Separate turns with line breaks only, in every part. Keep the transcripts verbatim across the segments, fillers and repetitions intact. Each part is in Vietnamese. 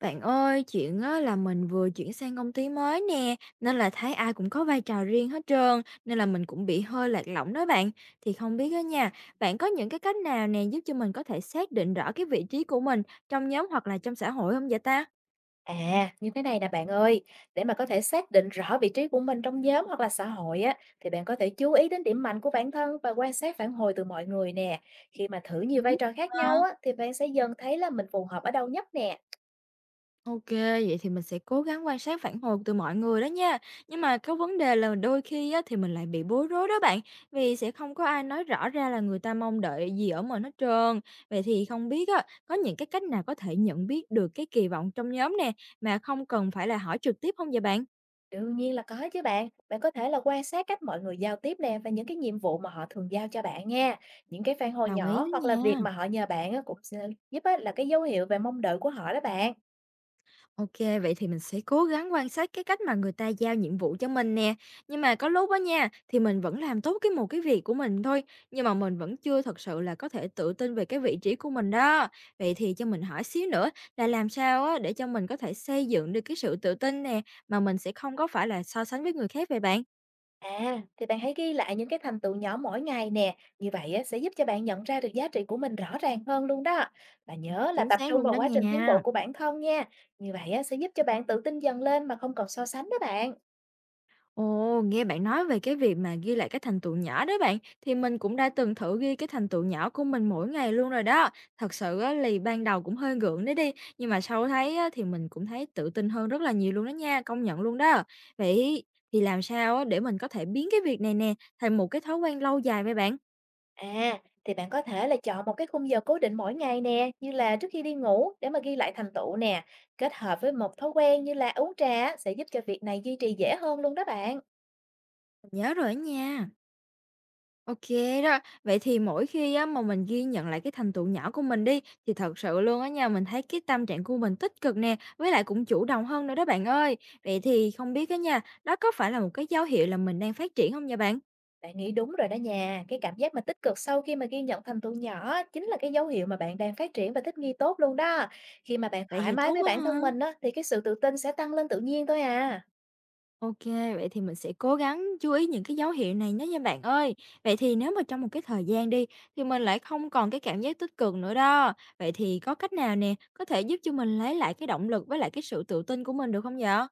Bạn ơi, chuyện á là mình vừa chuyển sang công ty mới nè, nên là thấy ai cũng có vai trò riêng hết trơn, nên là mình cũng bị hơi lạc lõng đó bạn. Thì không biết đó nha, bạn có những cái cách nào nè giúp cho mình có thể xác định rõ cái vị trí của mình trong nhóm hoặc là trong xã hội không vậy ta?
À, như thế này nè bạn ơi, để mà có thể xác định rõ vị trí của mình trong nhóm hoặc là xã hội á, thì bạn có thể chú ý đến điểm mạnh của bản thân và quan sát phản hồi từ mọi người nè. Khi mà thử nhiều vai
Đúng.
trò khác
Ờ.
nhau á, thì bạn sẽ dần thấy là mình phù hợp ở đâu nhất nè.
OK, vậy thì mình sẽ cố gắng quan sát phản hồi từ mọi người đó nha. Nhưng mà cái vấn đề là đôi khi á, thì mình lại bị bối rối đó bạn, vì sẽ không có ai nói rõ ra là người ta mong đợi gì ở mình hết trơn. Vậy thì không biết á, có những cái cách nào có thể nhận biết được cái kỳ vọng trong nhóm nè, mà không cần phải là hỏi trực tiếp không vậy bạn?
Đương nhiên là có chứ bạn. Bạn có thể là quan sát cách mọi người giao tiếp nè và những cái nhiệm vụ mà họ thường giao cho bạn nha. Những cái phản hồi
Đồng ý
nhỏ
đó
hoặc là việc
nha.
mà họ nhờ bạn á, cũng sẽ giúp á, là cái dấu hiệu về mong đợi của họ đó bạn.
OK, vậy thì mình sẽ cố gắng quan sát cái cách mà người ta giao nhiệm vụ cho mình nè. Nhưng mà có lúc đó nha, thì mình vẫn làm tốt cái một cái việc của mình thôi, nhưng mà mình vẫn chưa thật sự là có thể tự tin về cái vị trí của mình đó. Vậy thì cho mình hỏi xíu nữa, là làm sao á để cho mình có thể xây dựng được cái sự tự tin nè, mà mình sẽ không có phải là so sánh với người khác vậy bạn?
À, thì bạn hãy ghi lại những cái thành tựu nhỏ mỗi ngày nè, như vậy á, sẽ giúp cho bạn nhận ra được giá trị của mình rõ ràng hơn luôn đó. Và nhớ là
Chính
tập
xác
trung
luôn
vào
đó
quá trình tiến bộ
nha.
của bản thân nha. Như vậy á, sẽ giúp cho bạn tự tin dần lên mà không còn so sánh đó bạn.
Ồ, nghe bạn nói về cái việc mà ghi lại cái thành tựu nhỏ đó bạn, thì mình cũng đã từng thử ghi cái thành tựu nhỏ của mình mỗi ngày luôn rồi đó. Thật sự á, lì ban đầu cũng hơi gượng đấy đi, nhưng mà sau thấy á, thì mình cũng thấy tự tin hơn rất là nhiều luôn đó nha, công nhận luôn đó. Vậy thì làm sao á, để mình có thể biến cái việc này nè thành một cái thói quen lâu dài vậy bạn?
À, thì bạn có thể là chọn một cái khung giờ cố định mỗi ngày nè, như là trước khi đi ngủ để mà ghi lại thành tựu nè, kết hợp với một thói quen như là uống trà á, sẽ giúp cho việc này duy trì dễ hơn luôn đó bạn.
Mình nhớ rồi đó nha. OK đó. Vậy thì mỗi khi á mà mình ghi nhận lại cái thành tựu nhỏ của mình đi, thì thật sự luôn á nha, mình thấy cái tâm trạng của mình tích cực nè, với lại cũng chủ động hơn nữa đó bạn ơi. Vậy thì không biết á nha, đó có phải là một cái dấu hiệu là mình đang phát triển không nha bạn?
Bạn nghĩ đúng rồi đó nha, cái cảm giác mà tích cực sau khi mà ghi nhận thành tựu nhỏ á, chính là cái dấu hiệu mà bạn đang phát triển và thích nghi tốt luôn đó. Khi mà bạn
Vậy
thoải
thì
mái
tốt
với
quá
bản thân
ha.
mình á, thì cái sự tự tin sẽ tăng lên tự nhiên thôi à.
OK, vậy thì mình sẽ cố gắng chú ý những cái dấu hiệu này nhé nha bạn ơi. Vậy thì nếu mà trong một cái thời gian đi, thì mình lại không còn cái cảm giác tích cực nữa đó, vậy thì có cách nào nè, có thể giúp cho mình lấy lại cái động lực với lại cái sự tự tin của mình được không vậy?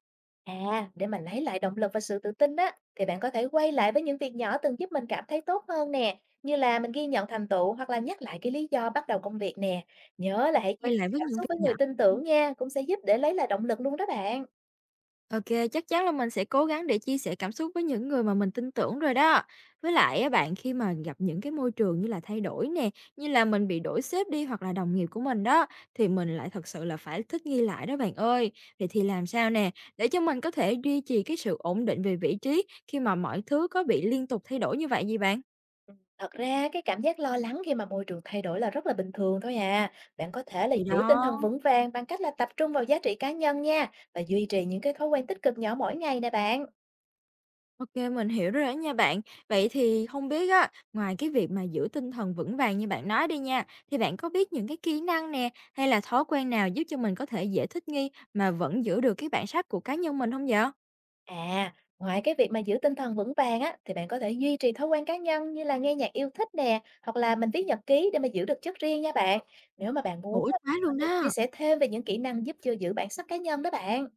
À, để mà lấy lại động lực và sự tự tin á, thì bạn có thể quay lại với những việc nhỏ từng giúp mình cảm thấy tốt hơn nè, như là mình ghi nhận thành tựu hoặc là nhắc lại cái lý do bắt đầu công việc nè. Nhớ là hãy chia
Quay lại
sẻ
với
cảm
những
xúc
việc
với người
nhỏ.
tin tưởng nha, cũng sẽ giúp để lấy lại động lực luôn đó bạn.
OK, chắc chắn là mình sẽ cố gắng để chia sẻ cảm xúc với những người mà mình tin tưởng rồi đó. Với lại á bạn, khi mà gặp những cái môi trường như là thay đổi nè, như là mình bị đổi sếp đi hoặc là đồng nghiệp của mình đó, thì mình lại thật sự là phải thích nghi lại đó bạn ơi. Vậy thì làm sao nè, để cho mình có thể duy trì cái sự ổn định về vị trí khi mà mọi thứ có bị liên tục thay đổi như vậy gì bạn?
Thật ra cái cảm giác lo lắng khi mà môi trường thay đổi là rất là bình thường thôi à. Bạn có thể là
Thì
giữ tinh
đó.
thần vững vàng bằng cách là tập trung vào giá trị cá nhân nha và duy trì những cái thói quen tích cực nhỏ mỗi ngày nè bạn.
OK, mình hiểu rồi đó nha bạn. Vậy thì không biết á, ngoài cái việc mà giữ tinh thần vững vàng như bạn nói đi nha, thì bạn có biết những cái kỹ năng nè, hay là thói quen nào giúp cho mình có thể dễ thích nghi mà vẫn giữ được cái bản sắc của cá nhân mình không vậy?
À, ngoài cái việc mà giữ tinh thần vững vàng á, thì bạn có thể duy trì thói quen cá nhân như là nghe nhạc yêu thích nè, hoặc là mình viết nhật ký để mà giữ được chất riêng nha bạn. Nếu mà bạn muốn
Hữu ích
á,
quá
có
luôn
thể chia
đó!
sẻ thêm về những kỹ năng giúp cho giữ bản sắc cá nhân đó bạn.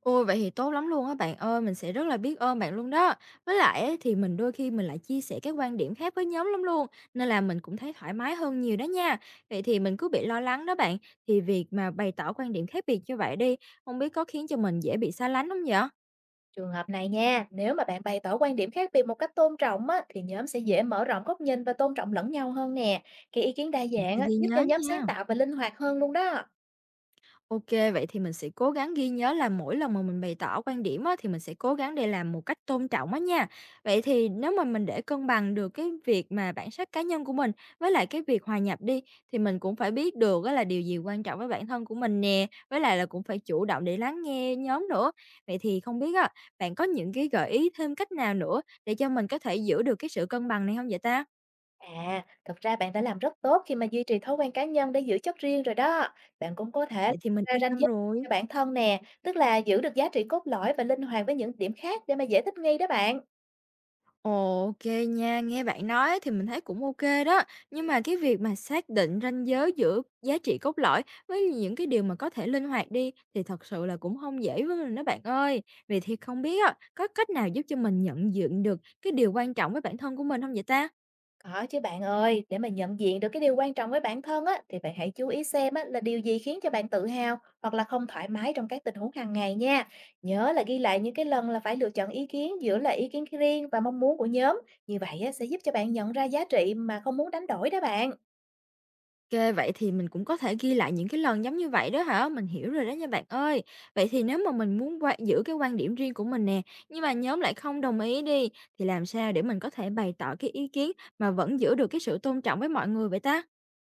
Ôi, vậy thì tốt lắm luôn á bạn ơi, mình sẽ rất là biết ơn bạn luôn đó. Với lại ấy, thì mình đôi khi mình lại chia sẻ các quan điểm khác với nhóm lắm luôn, nên là mình cũng thấy thoải mái hơn nhiều đó nha. Vậy thì mình cứ bị lo lắng đó bạn, thì việc mà bày tỏ quan điểm khác biệt như vậy đi, không biết có khiến cho mình dễ bị xa lánh không vậy?
Trường hợp này nha, nếu mà bạn bày tỏ quan điểm khác biệt một cách tôn trọng á, thì nhóm sẽ dễ mở rộng góc nhìn và tôn trọng lẫn nhau hơn nè. Cái ý kiến đa
Mình
dạng
sẽ
á,
ghi
giúp cho
nhớ
nhóm sáng
nha.
tạo và linh hoạt hơn luôn đó.
OK, vậy thì mình sẽ cố gắng ghi nhớ là mỗi lần mà mình bày tỏ quan điểm á, thì mình sẽ cố gắng để làm một cách tôn trọng á nha. Vậy thì nếu mà mình để cân bằng được cái việc mà bản sắc cá nhân của mình với lại cái việc hòa nhập đi, thì mình cũng phải biết được á là điều gì quan trọng với bản thân của mình nè, với lại là cũng phải chủ động để lắng nghe nhóm nữa. Vậy thì không biết á, bạn có những cái gợi ý thêm cách nào nữa để cho mình có thể giữ được cái sự cân bằng này không vậy ta?
À, thật ra bạn đã làm rất tốt khi mà duy trì thói quen cá nhân để giữ chất riêng rồi đó. Bạn cũng có thể
Vậy thì mình
ra
yên
ranh
tâm
giới
rồi.
cho bản thân nè, tức là giữ được giá trị cốt lõi và linh hoạt với những điểm khác để mà dễ thích nghi đó bạn.
Ồ, OK nha, nghe bạn nói thì mình thấy cũng OK đó. Nhưng mà cái việc mà xác định ranh giới giữa giá trị cốt lõi với những cái điều mà có thể linh hoạt đi thì thật sự là cũng không dễ với mình đó bạn ơi. Vậy thì không biết á, có cách nào giúp cho mình nhận diện được cái điều quan trọng với bản thân của mình không vậy ta?
Có chứ bạn ơi, để mà nhận diện được cái điều quan trọng với bản thân á, thì bạn hãy chú ý xem á, là điều gì khiến cho bạn tự hào hoặc là không thoải mái trong các tình huống hàng ngày nha. Nhớ là ghi lại những cái lần là phải lựa chọn ý kiến giữa là ý kiến riêng và mong muốn của nhóm. Như vậy á, sẽ giúp cho bạn nhận ra giá trị mà không muốn đánh đổi đó bạn.
Kê, vậy thì mình cũng có thể ghi lại những cái lần giống như vậy đó hả? Mình hiểu rồi đó nha bạn ơi. Vậy thì nếu mà mình muốn qua giữ cái quan điểm riêng của mình nè, nhưng mà nhóm lại không đồng ý đi, thì làm sao để mình có thể bày tỏ cái ý kiến mà vẫn giữ được cái sự tôn trọng với mọi người vậy ta?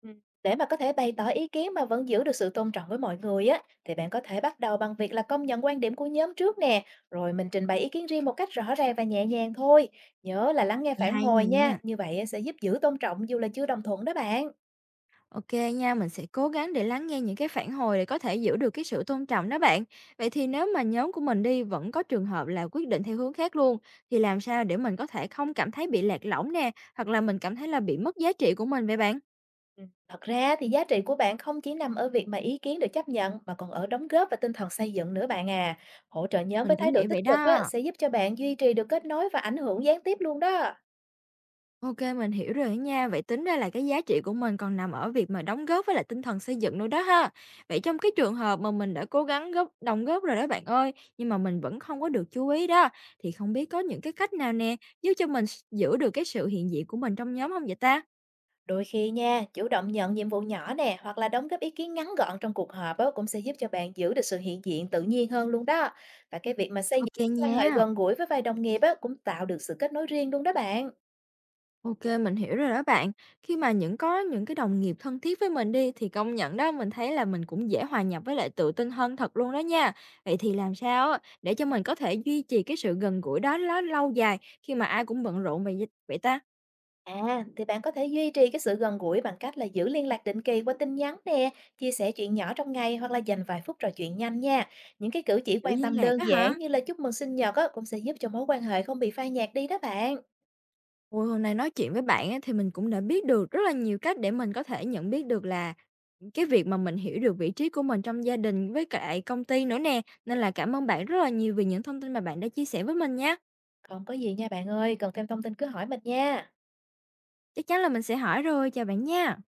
Ừ, để mà có thể bày tỏ ý kiến mà vẫn giữ được sự tôn trọng với mọi người á, thì bạn có thể bắt đầu bằng việc là công nhận quan điểm của nhóm trước nè, rồi mình trình bày ý kiến riêng một cách rõ ràng và nhẹ nhàng thôi. Nhớ là lắng nghe
Thì
phản
hay
hồi nha,
nè.
như vậy á, sẽ giúp giữ tôn trọng dù là chưa đồng thuận đó bạn.
OK nha, mình sẽ cố gắng để lắng nghe những cái phản hồi để có thể giữ được cái sự tôn trọng đó bạn. Vậy thì nếu mà nhóm của mình đi vẫn có trường hợp là quyết định theo hướng khác luôn, thì làm sao để mình có thể không cảm thấy bị lạc lõng nè, hoặc là mình cảm thấy là bị mất giá trị của mình vậy bạn?
Ừ, thật ra thì giá trị của bạn không chỉ nằm ở việc mà ý kiến được chấp nhận mà còn ở đóng góp và tinh thần xây dựng nữa bạn à. Hỗ trợ nhóm
Mình
với thái
cũng
độ
nghĩ
tích
vậy
cực á,
đó.
sẽ giúp cho bạn duy trì được kết nối và ảnh hưởng gián tiếp luôn đó.
OK, mình hiểu rồi á nha. Vậy tính ra là cái giá trị của mình còn nằm ở việc mà đóng góp với lại tinh thần xây dựng nữa đó ha. Vậy trong cái trường hợp mà mình đã cố gắng góp đóng góp rồi đó bạn ơi, nhưng mà mình vẫn không có được chú ý đó, thì không biết có những cái cách nào nè, giúp cho mình s giữ được cái sự hiện diện của mình trong nhóm không vậy ta?
Đôi khi nha, chủ động nhận nhiệm vụ nhỏ nè, hoặc là đóng góp ý kiến ngắn gọn trong cuộc họp á, cũng sẽ giúp cho bạn giữ được sự hiện diện tự nhiên hơn luôn đó. Và cái việc mà xây dựng
OK
quan hệ
nha.
gần gũi với vài đồng nghiệp á, cũng tạo được sự kết nối riêng luôn đó bạn.
OK, mình hiểu rồi đó bạn. Khi mà những có những cái đồng nghiệp thân thiết với mình đi thì công nhận đó, mình thấy là mình cũng dễ hòa nhập với lại tự tin hơn thật luôn đó nha. Vậy thì làm sao á để cho mình có thể duy trì cái sự gần gũi đó nó lâu dài khi mà ai cũng bận rộn vậy vậy ta?
À, thì bạn có thể duy trì cái sự gần gũi bằng cách là giữ liên lạc định kỳ qua tin nhắn nè, chia sẻ chuyện nhỏ trong ngày hoặc là dành vài phút trò chuyện nhanh nha. Những cái cử chỉ
Giữ
quan
liên
tâm
lạc
đơn
á hả?
giản như là chúc mừng sinh nhật á, cũng sẽ giúp cho mối quan hệ không bị phai nhạt đi đó bạn.
Ôi, hôm nay nói chuyện với bạn á, thì mình cũng đã biết được rất là nhiều cách để mình có thể nhận biết được là cái việc mà mình hiểu được vị trí của mình trong gia đình với lại công ty nữa nè. Nên là cảm ơn bạn rất là nhiều vì những thông tin mà bạn đã chia sẻ với mình nha.
Không có gì nha bạn ơi, cần thêm thông tin cứ hỏi mình nha.
Chắc chắn là mình sẽ hỏi rồi, chào bạn nha.